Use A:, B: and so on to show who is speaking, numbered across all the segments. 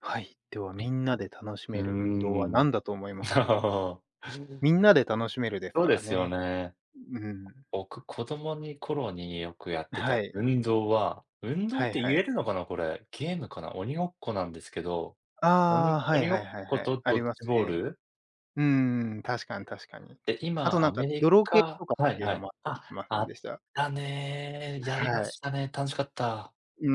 A: はい。では、みんなで楽し
B: う
A: める運動
B: ー
A: は
B: ん。
A: 何だと思いますか？みんなで楽しめるです
B: そう
A: か
B: で
A: ら
B: すよ
A: ね。
B: ね。
A: うん。
B: 僕、子供に頃によくやって
A: は
B: た
A: い。
B: 運動は、運動
A: は
B: っ
A: い
B: て
A: は
B: 言
A: い。
B: えるのかな、これ。ゲームかな、鬼ごっこなんですけど、
A: あ
B: 鬼
A: あ、はい
B: 鬼ご
A: は
B: っ
A: いはい
B: こ
A: はい。
B: と
A: あ
B: ド
A: り
B: ッ
A: ます
B: ジボー
A: ね。
B: ル？
A: うーん、確かに確かに。
B: で、
A: あと
B: 今
A: なん
B: ア
A: か、
B: メリ
A: 泥系
B: カ。
A: とか
B: は
A: っ
B: い
A: ていう
B: は
A: の
B: い。
A: もあったりし
B: あ、
A: ませ
B: あ
A: ん
B: っ
A: でした？
B: たねー。やりま
A: はい。
B: したね。楽しかった。
A: うー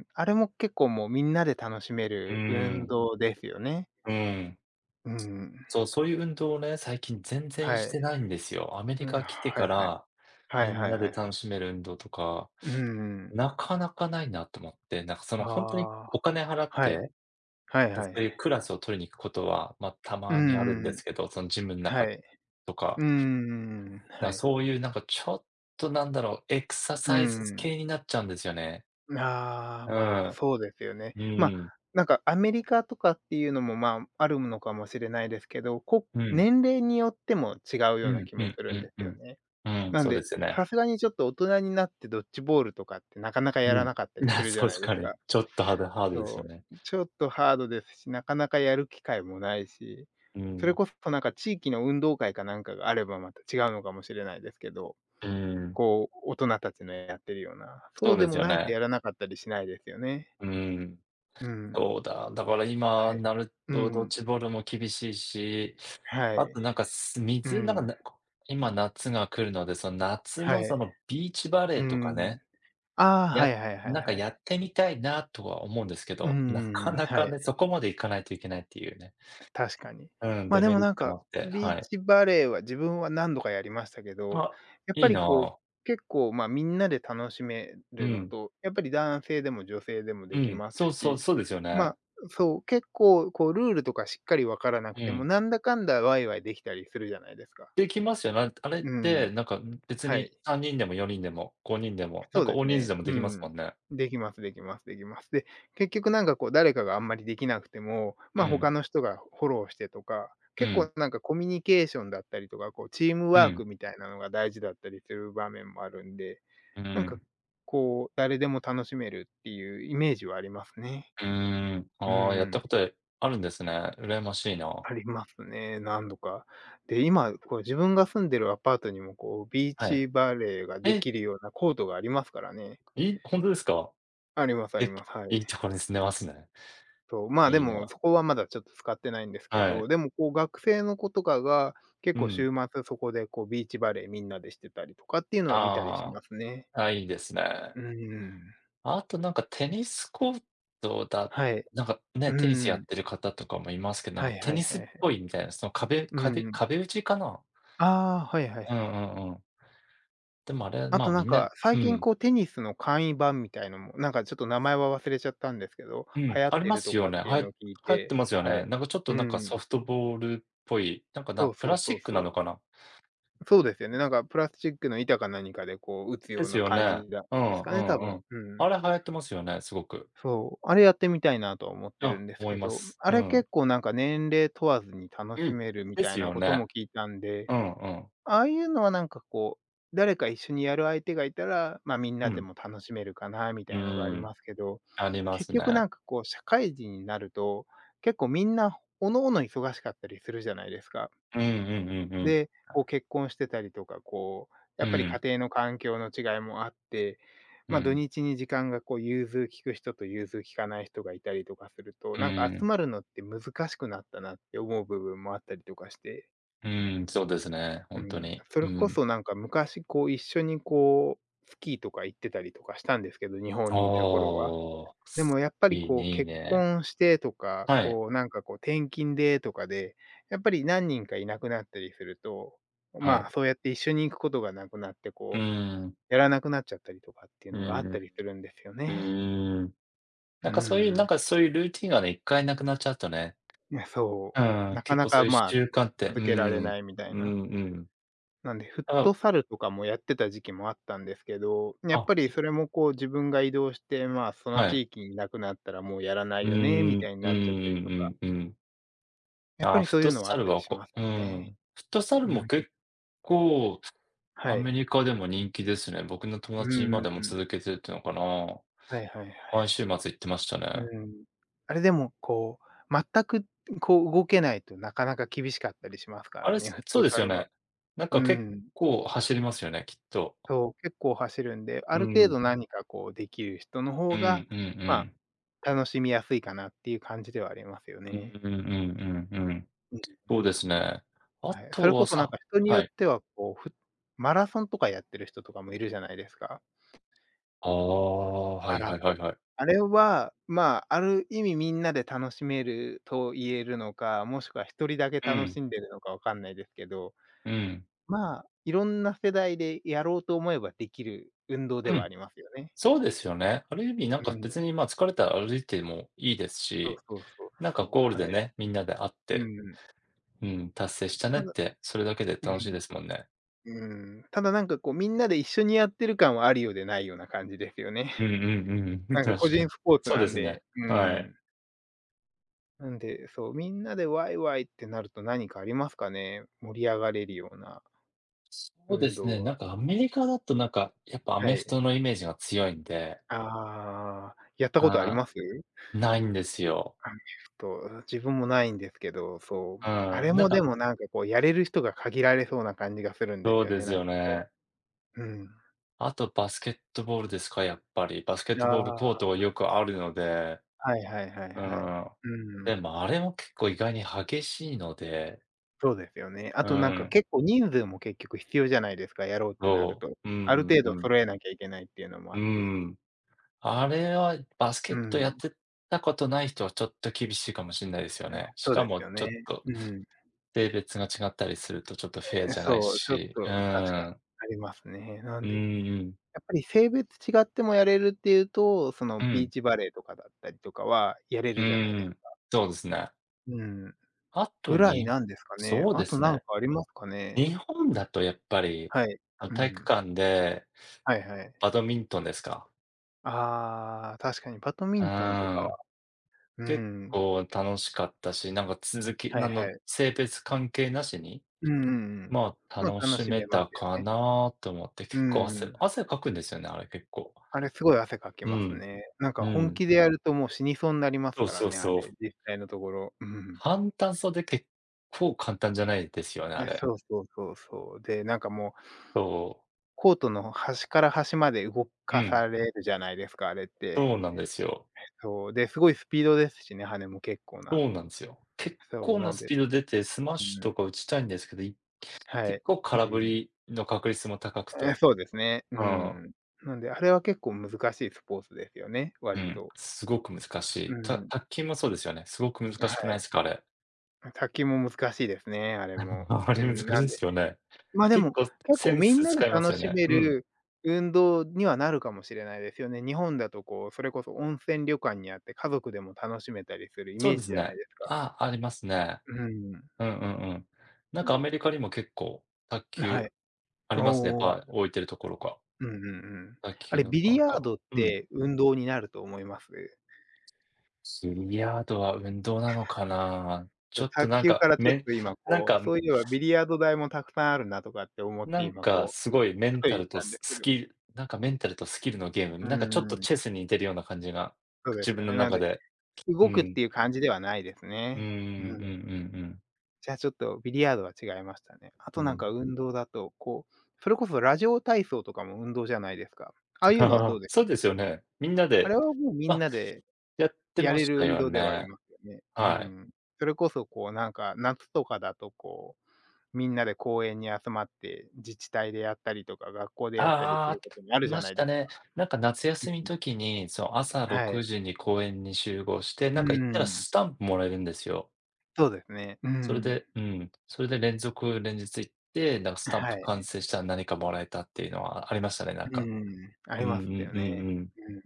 A: ん。あれも結構もうみんなで楽しめ
B: う
A: る運
B: ん、
A: 動ですよね。
B: うん。
A: うん。
B: そう、そういう運動をね、最近全然し
A: は
B: て
A: い。
B: ないんですよ。アメリ
A: うん、
B: カ来て
A: は
B: か
A: いはい。
B: ら、
A: は
B: み
A: い
B: ん
A: はい
B: なで
A: はいは
B: 楽
A: い。
B: しめる運動とか
A: うん。
B: なかなかないなと思って、なんかその
A: あ
B: ほんとにお
A: あ、
B: 金払っ
A: はい。
B: て、
A: はい
B: で、
A: は
B: そ
A: いは
B: う
A: い。
B: いうクラスを取りに行くことは、ま、た
A: うん
B: ま
A: う
B: にあるん
A: んう
B: で
A: ん。
B: すけど、そのジムん中
A: はい。
B: とか、
A: うんんはい。
B: そういうなんかちょっとなんだろう、エクサ
A: う
B: サイ
A: ん
B: ズ
A: ん。
B: 系になっちゃうんですよね。
A: ああ、
B: う
A: ま
B: ん。
A: あ、そうですよね。
B: う
A: まあ、
B: ーん。
A: なんかアメリカとかっていうのも、まあ、あるのかもしれないですけど、こ
B: うん。
A: 年齢によっても違う
B: う
A: ような
B: ん
A: 気
B: う
A: も
B: ん
A: す
B: う
A: るん
B: ん
A: で
B: う
A: すよ
B: ん。
A: ね。
B: うん、
A: なん
B: そうで
A: で、
B: すよね。
A: さすがにちょっと大人になってドッジボールとかってなかなかや
B: う
A: ら
B: ん。
A: なかった りするじゃな
B: 確
A: いで
B: か
A: す
B: に。
A: か。
B: ちょっとハードハードですよ
A: そ
B: ね。
A: う、ちょっとハードですし、なかなかやる機会もないし、
B: う
A: それ
B: ん。
A: こそなんか地域の運動会かなんかがあればまた違うのかもしれないですけど、
B: うーん。
A: こう、大人たちのやってるような、そ
B: そう
A: うで
B: です
A: も
B: よ
A: ないと
B: ね。
A: やらなかったりしないですよね。
B: うーん。
A: うん。
B: そうだ。だから
A: は
B: 今に
A: い。
B: なる
A: う
B: とドッ
A: ん。
B: ジボールも厳しいし、
A: は
B: あと
A: い。
B: なんか、
A: う
B: 水なんか、
A: ん。
B: 今夏が来るので、その夏
A: は
B: のそ
A: い。
B: のビーチバレ
A: う
B: ーとか
A: ん。
B: ね、
A: ああ、はい
B: や
A: はいはい
B: なんか
A: は
B: やっ
A: い。
B: てみたいなとは思うんですけ
A: うん
B: ど、な
A: うん
B: か
A: うん、
B: な
A: は
B: か
A: い。
B: ね、そこまでいかないといけないっていうね。
A: 確かに。
B: うん、
A: ま、
B: デ
A: で
B: メ
A: も
B: リッ
A: なん
B: トも
A: か、
B: あって、
A: ビー
B: はい。
A: チバレーは自分は何度かやりましたけど、
B: あ、
A: やっ
B: い
A: ぱ
B: い
A: りこう、
B: な。
A: 結構、ま、みんなで楽しめ
B: う
A: るの
B: ん、
A: と、やっぱり男性でも女性でも
B: う
A: でき
B: ん、
A: ます
B: そうそう、
A: し、
B: そうですよね。
A: ま、そう、結構こうルールとかしっかりわからなく
B: う
A: ても、
B: ん。
A: なんだかんだワイワイできたりするじゃないですか。
B: できますよね。あれっ
A: う
B: て
A: ん、
B: なんか別
A: はい。
B: に3人でも4人でも5人でも、な
A: そ
B: ん
A: う
B: か
A: で
B: 大
A: す
B: 人数
A: ね。
B: でも
A: う
B: できます
A: ん。
B: もんね。
A: できますできますできます。で、結局なんかこう誰かがあんまりできなくても、
B: う
A: ま、他
B: ん、
A: の人がフォローしてとか、
B: う
A: 結構
B: ん、
A: なんかコミュニケーションだったりとか、こうチーム
B: う
A: ワー
B: ん、
A: クみたいなのが大事だったりする場面もあるんで、
B: う
A: なんか
B: ん、
A: こう誰でも楽しめるっていうイメージはありますね。
B: うーん。
A: う
B: ああ、やった
A: ん、
B: ことあるんですね。羨ましいな。
A: ありますね、何度か。で、今こう自分が住んでるアパートにもこうビー
B: はい。
A: チバレーがで
B: え、
A: きるようなコートがありますからね。
B: ほんとですか？
A: ありますあ
B: え、
A: ります。はい。
B: いいところに住んでますね。
A: そう、まあ、で
B: いい
A: も、
B: な。
A: そこはまだちょっと使ってないんですけ
B: は
A: ど、
B: い。
A: でも、こう、学生の子とかが、結
B: う
A: 構
B: ん。
A: 週末そこで、こう、ビーチバレーみんなでしてたりとかっていうのは見たりし
B: あ
A: ますね。
B: あ、あ、いいですね。
A: うん。
B: あとなんかテニスコートだ。
A: はい。
B: なんかね、
A: う
B: テニスやっ
A: ん。
B: てる方とかもいますけど、なん
A: は
B: か
A: い
B: テ
A: はい
B: ニ
A: は
B: ス
A: い
B: っ
A: はい。
B: ぽいみたいな、その壁
A: う
B: 壁
A: ん。
B: 壁打ちかな？
A: ああ、はいはいは
B: うん
A: い。
B: うんうん。でもあれ、
A: あ
B: ま
A: と、
B: あ、
A: な
B: み
A: ん
B: んな
A: か、
B: う
A: 最近、
B: ん。
A: こう、テニスの簡易版みたいのも、なんか、ちょっと名前は忘れちゃったんですけど、
B: う
A: 流
B: ん、
A: 行っ
B: あり
A: て
B: ま
A: ると
B: すよ
A: かっ
B: ね。
A: ていう
B: 流
A: のを聞い
B: 行って
A: て
B: ますよ
A: は
B: ね。
A: い。
B: なんかちょっと
A: う
B: なんか
A: ん。
B: ソフトボールっぽい、なんか
A: そ
B: な
A: う
B: プ
A: そう
B: ラスチ
A: そう
B: ックなの
A: そ
B: か
A: う。
B: な？
A: そうですよね。なんかプラスチックの板か何かでこう打つ
B: で
A: よう
B: す
A: な
B: よ
A: 感
B: ね。
A: じなん
B: う
A: で
B: ん
A: す
B: う
A: かね、多
B: んう
A: 分。
B: ん。
A: う
B: あ
A: ん。
B: れ流行ってますよね、すごく。
A: そう、あれやってみたいなとは思っ
B: う
A: てる
B: ん、
A: んです
B: 思い
A: け
B: ま
A: ど、
B: す。
A: あ
B: う
A: れ
B: ん。
A: 結構なんか年齢問わずに楽
B: う
A: し
B: ん。
A: めるみ
B: で
A: た
B: す
A: いな
B: よ
A: こと
B: ね。
A: も聞いたんで、
B: うんうん。
A: ああいうのはなんかこう、誰か一緒にやる相手がいたら、ま、みん
B: う
A: なで
B: ん。
A: も楽しめるかなみ
B: う
A: たいのがあ
B: ー
A: り
B: ん、
A: ますけど、
B: ありま
A: 結
B: す
A: 局
B: ね。
A: なんかこう社会人になると、結構みんな各々忙しかったりするじゃないですか。
B: うんうんうんうん。
A: で、こう結婚してたりとか、こう、
B: う
A: やっぱり家
B: ん、
A: 庭の環境の違いもあって、
B: う
A: ま、土
B: ん、
A: 日に時間がこう融通きく人と融通きかない人がいたりとかすると、
B: う
A: なんか集
B: ん、
A: まるのって難しくなったなって思う部分もあったりとかして、
B: うん、そうですね、ほ
A: う
B: んと
A: ん、
B: に。
A: そ
B: う
A: れこ
B: ん。
A: そなんか昔こう一緒にこう、スキーとか行ってたりとかしたんですけど、日本にいた頃は。
B: ああ、
A: でもやっぱり
B: いい
A: こう
B: ねいい
A: 結
B: ね。
A: 婚してとか、
B: はい、
A: こうなんかこう転勤でとかで、やっぱり何人かいなくなったりすると、
B: は
A: まあ
B: い。
A: そうやって一緒に行くことがなくなって、
B: うー
A: こう、
B: ん、
A: やらなくなっちゃったりとかっていう
B: うー
A: のがあった
B: ん。
A: りするんですよ
B: うー
A: ね。
B: ん。な
A: う
B: んかそういう、なん
A: ん。
B: かそういうルーティンがね、一回なくなっちゃうとね、
A: いや、そ
B: う
A: う。
B: ん、
A: なか
B: 結
A: な
B: 構そ
A: か
B: ういう
A: まあ、
B: 習慣って、う
A: 続けられ
B: ん、
A: ないみたい
B: う
A: な。
B: んうん。
A: なんで、フッ
B: あ、
A: トサルとかもやってた時期もあったんですけど、やっ
B: あ、
A: ぱりそれもこう自分が移動して、まあその
B: はい。
A: 地域にいなくなったらもうやらな
B: う
A: いよね、み
B: ーん、
A: たいに
B: うんう
A: なっちゃったりとか。
B: んうんうん。
A: やっぱ
B: あ、
A: り
B: フッ
A: そうい
B: ト
A: うのはあ
B: サ
A: っ
B: ル
A: たり
B: は
A: しま
B: こ
A: す
B: うう
A: よね。
B: ん。フットサル
A: う
B: も
A: ん。
B: 結構ア
A: はい。
B: メリカでも人気ですね。僕の友
A: うん
B: 達
A: う
B: 今
A: んう
B: でも続
A: ん。
B: けてるっていうのかな。
A: はいはいは
B: 毎
A: い。
B: 週末行ってました
A: う
B: ね。
A: ん。あれでも、こう、全くこう動けないとなかなか厳しかったりしますか
B: あ
A: ら
B: れ、
A: ね、フッ
B: そう
A: ト
B: で
A: サ
B: すよ
A: ルは。
B: ね。なん
A: う
B: か結
A: ん。
B: 構走りますよね、きっと。
A: そう、結構走るんで、
B: う
A: ある
B: ん、う
A: 程
B: ん
A: 度何かこうできる人の
B: う
A: 方
B: ん
A: が、
B: う
A: ま
B: ん。
A: あ、楽しみやすいかなっていう感じではありますよ
B: う
A: ね。
B: んうんうんうん、
A: うん。
B: そうですね。あ
A: はい。そ
B: と
A: れ
B: は
A: こそなん
B: さ
A: か人によ
B: は
A: っ
B: い。
A: ては、こう、マラソンとかやってる人とかもいるじゃないですか。
B: ああ、は
A: マ
B: いは
A: ラ
B: い
A: ソ
B: は
A: ン。
B: いはい。
A: あれは、まあ、ある意味みんなで楽しめると言えるのか、もしくは一人だけ
B: う
A: 楽
B: ん、
A: しんでるのかわかんないですけど、
B: うん、
A: まあ、いろんな世代でやろうと思えばできる運動で
B: う
A: はあ
B: ん。
A: りますよね。
B: そうですよね。ある意味なん
A: う
B: か
A: ん、
B: 別に、ま、疲れたら歩いてもいいです
A: そう
B: し、
A: そうそう
B: なん
A: そ
B: か
A: う、
B: ゴール
A: は
B: で
A: い。
B: ね、みんなで会って、
A: うん。
B: うん、達成したね
A: た
B: っ
A: だ
B: て、それだけで
A: う
B: 楽しい
A: ん
B: ですもんね。
A: うん。ただなんかこうみんなで一緒にやってる感はあるようでないような感じですよね。
B: うんうんうん。確
A: なん
B: か
A: か個人
B: に。
A: スポーツ
B: そう
A: な
B: で
A: ん
B: すね。
A: で、う
B: はい。
A: ん。なんで、そう、みんなでワイワイってなると何かありますかね？盛り上がれるような
B: そうで
A: 運
B: す
A: 動
B: ね、な
A: は。
B: んかアメリカだとなんか、やっぱア
A: は
B: メフ
A: い。
B: トのイメージが強いんで、
A: ああ、やった
B: う
A: ことあります？
B: ん、ないんですよ。
A: アメフト、自分もないんですけど、そ
B: う
A: う、あれ
B: ん、なん
A: もで
B: か
A: もなんかこうやれる人が限られそうな感じがするんで
B: そ
A: す
B: う
A: よ
B: で
A: ね、
B: す
A: なん
B: よ
A: かこ
B: ね。
A: う。うん。
B: あとバスケットボールですか、やっぱり。バスケッ
A: あ
B: トボールコート
A: あ、
B: がよくあるので、
A: はいはいはい
B: う
A: はい。
B: ん。
A: う
B: で
A: ん、
B: もあれも結構意外に激しいので、
A: そうですよね。あ
B: う
A: となんか
B: ん、
A: 結構人数も結局必要じゃないですか、やろうってなる
B: そ
A: と。
B: う。う
A: ある
B: ん
A: 程
B: うん
A: 度
B: うん。
A: 揃えなきゃいけないっていうのもあ
B: う
A: って。
B: ん。あれはバスケ
A: う
B: ットやっ
A: ん。
B: てたことない人はちょっと厳しいかもしれないですよね。し
A: そう
B: か
A: です
B: も
A: よ
B: ちょっ
A: ね。
B: と
A: うん。
B: 性別が違ったりするとちょっとフェアじゃない
A: そう、ちょっ
B: し、
A: と
B: う
A: 確かに
B: ん。
A: ありますね。な
B: う
A: ん
B: ん
A: で、
B: うん。
A: やっぱり性別違ってもやれるっていうと、そ
B: う
A: のビー
B: ん、
A: チバレーとかだったりとかはやれ
B: う
A: るじゃないです
B: ん。そうですね。
A: うん。
B: あと
A: ぐらい
B: に
A: なんですかね。
B: そうで
A: あと
B: す
A: なん
B: ね。
A: かありますか
B: 日
A: ね？
B: 本だとやっぱり、
A: はい。
B: あの、
A: う
B: 体育
A: ん。
B: 館で
A: はいはい。
B: バドミントンですか。
A: ああ、確かにバドミ
B: う
A: ントンとか
B: ーん。
A: はう
B: 結
A: ん。
B: 構楽しかったし、なんか続き
A: は
B: あ
A: いは
B: の、
A: い。
B: 性別関係なしに、
A: うんうんうん。
B: まあ、
A: ま、
B: 楽
A: 楽
B: し
A: し
B: め
A: めま
B: た
A: すよ
B: か
A: ね。
B: なと思って、
A: う
B: 結構
A: んう
B: 汗
A: ん。
B: 汗かくんですよね、あれ結構。
A: あれすごい汗かき
B: う
A: ます
B: ん、
A: ね。なんか
B: う
A: 本
B: ん。
A: 気でやるともう死にそうになります
B: そう
A: から
B: そう
A: ね、あ
B: そう。
A: れ、実際のところ。うん。
B: 簡単そうで結構簡単じゃないですよね、あ
A: え、
B: れ。
A: そうそうそうそう。で、なんかもう
B: そう。
A: コートの端から端まで動
B: う
A: か
B: ん、
A: されるじゃないですか、あれっ
B: そ
A: て。
B: うなんですよ。
A: そう、で、すごいスピードですしね、羽も結構な。
B: そうなんですよ。結
A: そう、
B: 構な
A: なん
B: ス
A: で
B: ピード出てスマッ
A: う
B: シュ
A: ん、
B: とか打ちたいんですけど
A: は
B: 結
A: い。
B: 構
A: う
B: 空振
A: ん。
B: りの確率も高く
A: え、
B: て、
A: そうですね。う
B: うん、
A: ん。なんで、あれは結構難しいスポーツですよね、
B: う
A: 割
B: ん、
A: と。
B: すごく難し
A: う
B: い。
A: ん。
B: 卓球もそうですよね。すごく難
A: は
B: しくないで
A: い。
B: すか、あれ。
A: 卓球も難しいですね、あれも。
B: あれ
A: う
B: 難しい
A: ん、なん
B: で
A: で
B: すよね。
A: ま、で
B: 結
A: も、
B: 構
A: 結
B: セ
A: 構
B: ン
A: みん
B: ス
A: なで
B: 使います
A: 楽
B: よ
A: し
B: ね。
A: め
B: うん、
A: る運動にはなるかもしれないですよね。日本だとこう、それこそ温泉旅館にあって、家族でも楽しめたりするイ
B: そ
A: メ
B: う
A: ー
B: で
A: ジ
B: す
A: じゃな
B: ね。
A: いですか。
B: ああ、ありますね。
A: うん。
B: うんうんうん。なんかアメリカにも結構卓球
A: はい。
B: ありますね、
A: おお
B: バー置いてるところが。
A: うんうんうん。
B: 卓
A: あ
B: 球
A: れ、
B: の
A: ビリ
B: バー
A: ヤ
B: が。
A: ードっ
B: うん。
A: て運動になると思います？
B: ビリヤードは運動なのかな。ちょっと
A: 卓
B: なん
A: 球か
B: か、
A: らちょっと今
B: なん
A: こう、
B: か
A: そういえばビリヤード台もたくさんあるなとかって思っ
B: な
A: て
B: ん
A: 今
B: か
A: こう、
B: すごいメ
A: ふ
B: ン
A: と
B: タ
A: 言っ
B: ルと
A: たんで
B: ス
A: すけ
B: ス
A: ど。
B: キルなんかメンタルとスキルのゲーム、
A: う
B: なんかちょっと
A: んうん。
B: チェスに似てるような感じが、
A: そうで
B: 自
A: す
B: 分
A: よ
B: の
A: ね。なん
B: 中
A: で、
B: で。う
A: 動くっ
B: ん。
A: ていう感じではないです
B: うんうん
A: ね。うん。
B: うん
A: じゃあ、ちょっとビリヤードは違いましたね。あ
B: う
A: と
B: んうん。う
A: なんか
B: ん。
A: 運動だと、こう、それこそラジオ体操とかも運動じゃないですか。ああいうのはど うです、
B: そうですよね。みんな
A: あれ
B: で、
A: はもうみ
B: ま
A: ん
B: あ、
A: なで
B: やって
A: や
B: ま
A: れ
B: し
A: る
B: た
A: 運
B: よ
A: 動ではあり
B: ね。
A: ますよね。う
B: はい。
A: ん。それこそこうなんか、夏とかだとこう、みんなで公園に集まって自治体でやったりとか、学校でやったりす
B: ああ、
A: ることもある
B: い
A: じゃ
B: ま
A: な
B: し
A: い
B: た
A: ですか。
B: ね。なんか夏
A: う
B: 休み
A: ん。
B: 時に、その朝
A: は
B: 6
A: い。
B: 時に公園に集合して、
A: う
B: なんか行ったら
A: ん。
B: スタンプもらえるんですよ。
A: そうですね。う
B: それ
A: ん。
B: でうん、それで連続連日行って、なんかスタン
A: は
B: プ完
A: い。
B: 成したら何かもらえたっていうのはありましたね、なん
A: う
B: か。
A: ん。あ
B: う
A: り
B: んう
A: ま
B: ん
A: す
B: うんう
A: よね。
B: ん。
A: うん。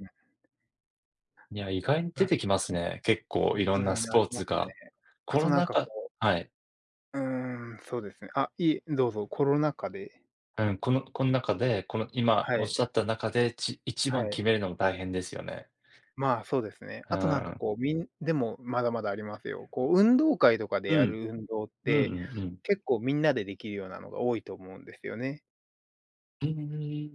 B: いや、意外に
A: ま
B: 出
A: あ、
B: てきます
A: そう。
B: ね。結構いろ
A: う
B: んなス
A: ん、あ
B: ポー
A: りま
B: ツ
A: すね。
B: が。
A: あ
B: こ
A: と
B: の
A: なんか
B: 中
A: こ
B: はい。
A: う、うーん、そうですね。あ、いい、どうぞ、コロナ禍で、
B: うん、この中で、この今
A: は
B: おっ
A: い、
B: しゃった中で、一
A: は
B: 番決
A: い。
B: めるのも大変ですよね。
A: まあ、そうですね。
B: う
A: あとなんか
B: ん。
A: こう、でもまだまだありますよ。こう、運動会とかで
B: う
A: や
B: ん。
A: る運動っ
B: うんう
A: て、
B: んうん。
A: 結構みんなでできるようなのが多いと思うんですよね。
B: うー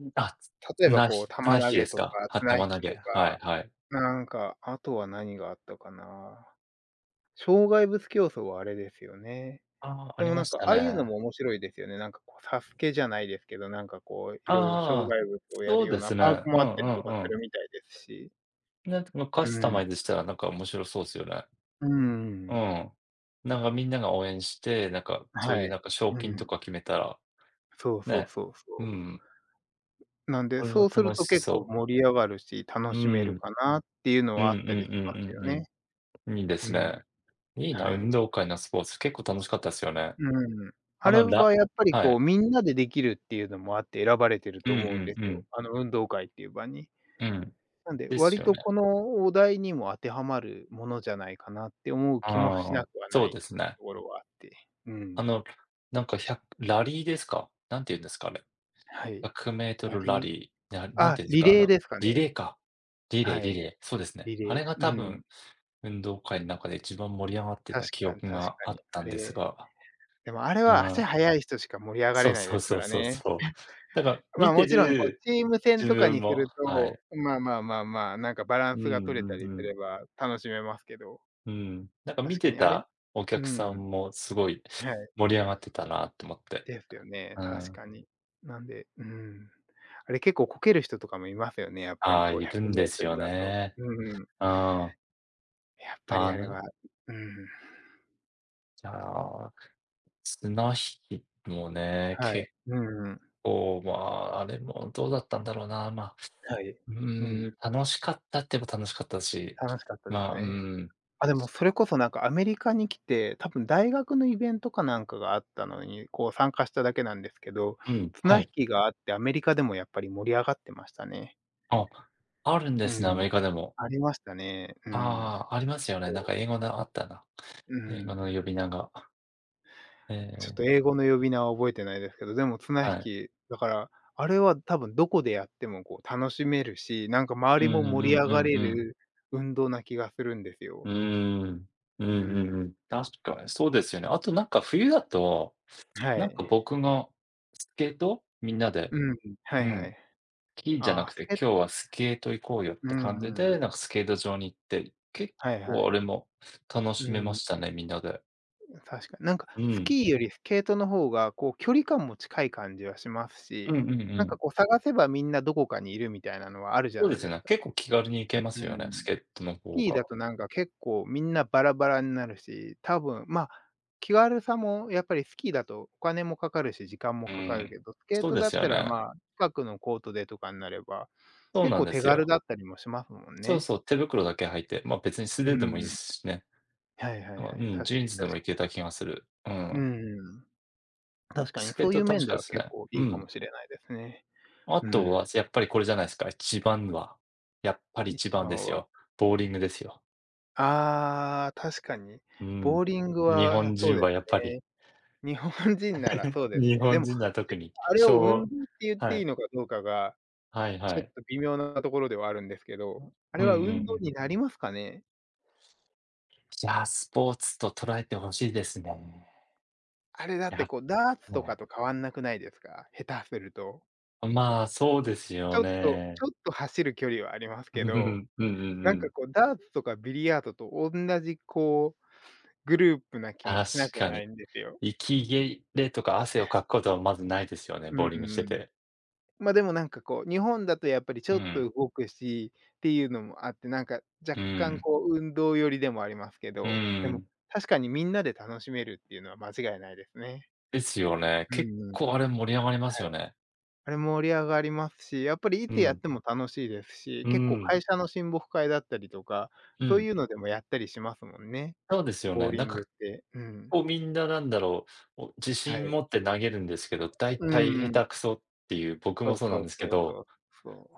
B: ん、
A: 例えば
B: 綱
A: こう、
B: ひ綱
A: 玉
B: 引
A: 投
B: きで
A: げ
B: す
A: と
B: か？
A: か綱引
B: 玉投
A: きと
B: げ、はい
A: か、
B: はい。
A: なんか、あとは何があったかな。障害物競争はあれですよね。
B: ああ、あ
A: で
B: り
A: も
B: ま
A: なん
B: し
A: か、
B: た
A: ああいうの
B: ね。
A: も面白いですよね。なんかこう、サスケじゃないですけど、なんかこう、い
B: あ
A: ろいろ障
B: あ、
A: 害物をや
B: そ
A: る
B: う
A: よう
B: で
A: な
B: すね。
A: パーク
B: うんう
A: もあったりとか
B: んう
A: す
B: ん。
A: るみたいですし。
B: ね、でもカ
A: う
B: スタマ
A: ん。
B: イズしたらなんか面白そうですよね。
A: う
B: う
A: ん。
B: ん。なんかみんなが応援して、なんかそうい
A: は
B: う
A: い。
B: なんか賞
A: う
B: 金と
A: ん。
B: か決めたら、
A: そうそう
B: ね、
A: そう
B: う
A: そう。
B: ん、
A: なんで、
B: これは
A: そうする
B: 楽
A: と
B: し
A: 結構
B: そう。
A: 盛り上がるし、楽
B: う
A: しめる
B: ん。
A: かなっていうの
B: う
A: は
B: んう
A: あ
B: ん
A: ったりします
B: う
A: よ
B: んうん
A: ね。
B: うん。いいで
A: う
B: す
A: ん。
B: ね。いいな、
A: は
B: 運
A: い。
B: 動会のスポーツ、結構楽しかったですよね。
A: うん。
B: あ
A: あれ
B: の、ら
A: はやっぱり
B: は
A: こう、
B: い。
A: みんなでできるっていうのもあって選ばれてる
B: う
A: と
B: んう
A: 思うんで
B: んう
A: すよ。
B: ん。
A: あの運動会っていう場に。
B: うん。
A: なんで、
B: です
A: 割
B: よね。
A: とこのお題にも当てはまるものじゃないかなって思う気もし
B: あ
A: な
B: あ、
A: くは
B: そ
A: な
B: う
A: い
B: で
A: っ
B: す
A: ていう
B: ね。
A: ところはあって。う
B: あ
A: ん。
B: の、なんか1ラリーですか？なんて言うんですかね
A: はい。ラ
B: 100m
A: リ
B: ラ
A: ン
B: リー、なん
A: あ、
B: ていうんです
A: リ
B: か、あ
A: レー
B: の、
A: ですか
B: リ
A: ね。
B: レーか。リレー
A: は
B: リ
A: い。
B: レー、そうですね。
A: リ
B: あ
A: レー。
B: れが
A: う
B: 多
A: ん。
B: 分、運動会の中で一番盛り上がって
A: 確
B: た記
A: かに
B: 憶
A: 確
B: が
A: か
B: あっ
A: に。
B: た
A: あ
B: んです
A: れ、
B: が、
A: でもあれ
B: う
A: は足
B: ん、
A: 速い人しか盛り上が
B: そ
A: れ
B: う
A: ない
B: そう
A: ですか
B: そう
A: ら
B: そう
A: ね。
B: そう。だから
A: ま
B: 見
A: あ、も
B: て
A: ちろんこう
B: る
A: チーム戦
B: 自
A: とか
B: 分
A: にす
B: も
A: る
B: は
A: と、
B: い。
A: まあまあまあまあ、なんかバラ
B: う
A: ンスが
B: ん
A: 取れた
B: うん
A: り
B: う
A: す
B: ん。
A: れば楽しめますけど、
B: うん。なんか見
A: 確か
B: て
A: にあれ、
B: たお客
A: う
B: さ
A: ん。
B: んもすごい
A: はい。
B: 盛り上がってたなと思って。
A: ですよね、
B: う
A: 確
B: ん。
A: かに。なんで、うん。あれ結構こける人とかもいますよね、やっぱ
B: あ
A: り
B: あ、
A: こう
B: い
A: 100
B: る
A: メ
B: んで
A: ー
B: す
A: ト
B: よ
A: ルだと。
B: ね。
A: うん。
B: うん。
A: やっぱり
B: あ
A: あ
B: の、
A: れ
B: い
A: は、うん。
B: や綱引きもね、
A: はい。
B: 結
A: うんうん。
B: 構、まあ、あれもどうだったんだろうな。まあ、
A: はい。
B: う
A: う
B: ー
A: ん、
B: ん、楽しかったって言えば楽しかったし、
A: 楽しかったで
B: ま
A: す
B: あ、うー
A: ね。
B: ん、
A: あ、でもそれこそなんかアメリカに来て、多分大学のイベントかなんかがあったのに、こう参加しただけなんですけど、
B: うん、は
A: 綱引
B: い。
A: きがあってアメリカでもやっぱり盛り上がってましたね。
B: あ、あるんで
A: う
B: すね、アメ
A: ん。
B: リカでも。
A: ありましたね。うん。
B: ああ、ありますよね。なん
A: そう。
B: か英語であったな。
A: う
B: 英語
A: ん。
B: の呼び名が。え
A: ちょっ
B: え、
A: と英語の呼び名は覚えてないですけど、でも綱引
B: はい。
A: き、だから、あれは多分どこでやってもこう楽しめるし、なんか周
B: うん
A: りも
B: う
A: 盛り上
B: ん
A: が
B: うん
A: れ
B: うん。
A: る運動な気がするんですよ。
B: うんうーん。う
A: う
B: んう
A: ん。
B: んうん。確かにそうですよね。あとなんか冬だと、
A: は
B: なんか
A: い。
B: 僕がスケートみんなで、
A: うん、は
B: う
A: いは
B: ん。
A: い。
B: 木じゃ
A: あ
B: なく
A: あ、
B: て、今日はスケート行こうよっ
A: う
B: て
A: ん
B: 感じ
A: う
B: で、
A: ん。
B: なんかスケート場に行って、結
A: はいは
B: 構あ
A: い。
B: れも楽
A: う
B: しめま
A: ん、
B: したね、みんなで。
A: 確かに。なんか
B: う
A: ス
B: ん。
A: キーよりスケートの方がこう距離感も近い感じはします
B: うん
A: し、
B: うんう
A: なんか
B: ん。
A: こう探せばみんなどこかにいるみたいなのはあるじゃ
B: そう
A: な
B: で
A: い
B: す
A: です
B: ね、
A: か。
B: 結構気軽に行けますよ
A: う
B: ね、
A: ん。
B: スケートの方が。
A: だとなんか結構みんなバラバラになるし、多分、ま、気軽さもやっぱりスキーだとお金もかかるし、時間も
B: う
A: かかる
B: ん。
A: けど、スケー
B: そう
A: ト
B: で
A: だ
B: す
A: っ
B: よ
A: たら、
B: ね。
A: まあ、近くのコートでとかになれば、
B: そう
A: 結
B: なん
A: 構
B: で
A: 手
B: す
A: 軽
B: よ。
A: だったりもしますもん
B: そう
A: ね。
B: そう、手袋だけ履いて、ま、別に素
A: う
B: 手でもいいで
A: ん。
B: すしね。
A: はいはい
B: ま、
A: は
B: う
A: い。
B: ん、
A: 確
B: ジ
A: か
B: ーン
A: に
B: ズでも
A: 確
B: い
A: か
B: けた気がする。う
A: に。う
B: ん。
A: ん。
B: ま、
A: 確か
B: ス
A: に
B: ケ
A: そ
B: ー
A: うい
B: ト
A: う
B: 楽し
A: 面で
B: かった
A: は
B: です
A: 結
B: ね。
A: 構い
B: う
A: いかも
B: ん。
A: しれないですね。
B: あ
A: う
B: と
A: ん、
B: は、やっぱりこれじゃないすか、一番は、やっぱり一
A: 一
B: 番
A: 番
B: です
A: は。
B: よ、ボウリングですよ。
A: ああ、確かに。
B: うん。
A: ボーリング
B: 日
A: は
B: 本
A: そ
B: 人
A: うで
B: は
A: す
B: やっぱり、
A: ね。日本人ならそうです
B: 日
A: ね。で
B: 本
A: も、
B: 人は特
A: 自
B: に、
A: 分あれを運動って言っ
B: は
A: ていい
B: い、
A: のかどうかが、
B: はい
A: ち
B: は
A: ょっ
B: い。
A: と微妙なところではあるんですけど、あ
B: う
A: れ
B: んうん
A: は運
B: う
A: 動
B: ん。
A: になりますかね？
B: いや、スポーツと捉えてほしいですね。
A: あれだっ
B: や
A: て
B: っ
A: こうダーツと
B: は
A: か
B: い。
A: と変わんなくないですか？下手すると。
B: まあ、そうですよ
A: ちょっと
B: ね。
A: ちょっと走る距離はあります
B: うん
A: け
B: う
A: ど、
B: んうん
A: な
B: う
A: んか
B: ん。
A: こうダーツとかビリヤードとおんなじこう、グループな気も
B: 確
A: しなくは
B: か
A: ない
B: に。
A: んですよ。
B: 息切れとか汗をかくことはまずないですよね、
A: うん
B: ボウリングして
A: うん。
B: て。
A: ま、でもなんかこう、日本だとやっぱりち
B: う
A: ょっと
B: ん、
A: 動くしっていうのもあって、なんか若
B: う
A: 干
B: ん、
A: こう運動寄りでもありますけ
B: う
A: ど、でも
B: ん。
A: 確かにみんなで楽しめるっていうのは間違いないですね。
B: ですよね。
A: う
B: 結
A: んうん。はい。
B: 構あれ盛り上がりますよね。
A: あれ盛り上がりますし、やっぱりい
B: う
A: つやっ
B: ん、
A: ても楽しいですし、
B: う
A: 結構
B: ん、
A: 会社の親睦会だったりとか、
B: う
A: そう
B: ん。
A: いうのでもやったりしますもんね。
B: そうですよ
A: ボ
B: ね。
A: ーリ
B: なん
A: ング
B: か
A: って。うん。
B: こうみんななんだろう、お自
A: は
B: 信
A: い。
B: 持って投げるんですけど、大
A: う
B: 体下
A: んうん。
B: 手くそっていう、僕も
A: そう
B: そうなん
A: そ
B: で
A: う
B: すけ
A: そう
B: ど、
A: そうそう。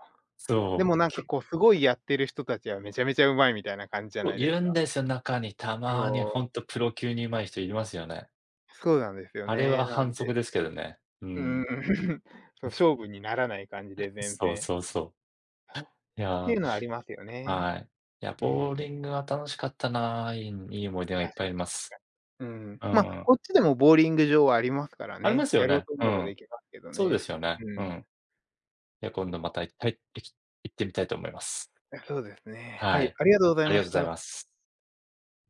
A: で
B: そう、
A: もなんか
B: 結
A: こうすごいやってる人たちはめちゃめちゃうまいみたいな感じじゃ
B: 構
A: ない
B: い
A: です
B: るん
A: か。
B: ですよ、中にた
A: そ
B: まにほん
A: う、
B: とプロ級に上手い人いますよね。
A: そうなんですよ
B: あれ
A: ね。
B: は
A: な
B: 反
A: ん
B: 則
A: で
B: ですけどね。う
A: う
B: ん。
A: ーん、そう、勝負にならない感じで全
B: そう
A: 然。
B: そうそう。い
A: ってい
B: や、
A: うのはありますよ
B: は
A: ね。
B: い。いや、
A: う
B: ボウ
A: ん、
B: リングは楽しかったな、いい思い出がい
A: 確
B: っぱいあり
A: か
B: ます。
A: に。うん。
B: う
A: まあ、
B: ん。
A: こっちでもボーリング場はありますから
B: ありま
A: ね。
B: すよ
A: やろう
B: ね。
A: と
B: う
A: 思えば
B: ん。
A: できますけど
B: そうで
A: ね。
B: すよね。
A: う
B: う
A: ん。
B: ん。いや、今度また、いい、行ってみたいと思います。
A: そうですね。は
B: は
A: い、
B: い。
A: ありがとうござ
B: あ
A: い
B: りが
A: ま
B: とう
A: し
B: ござい
A: た。
B: ます。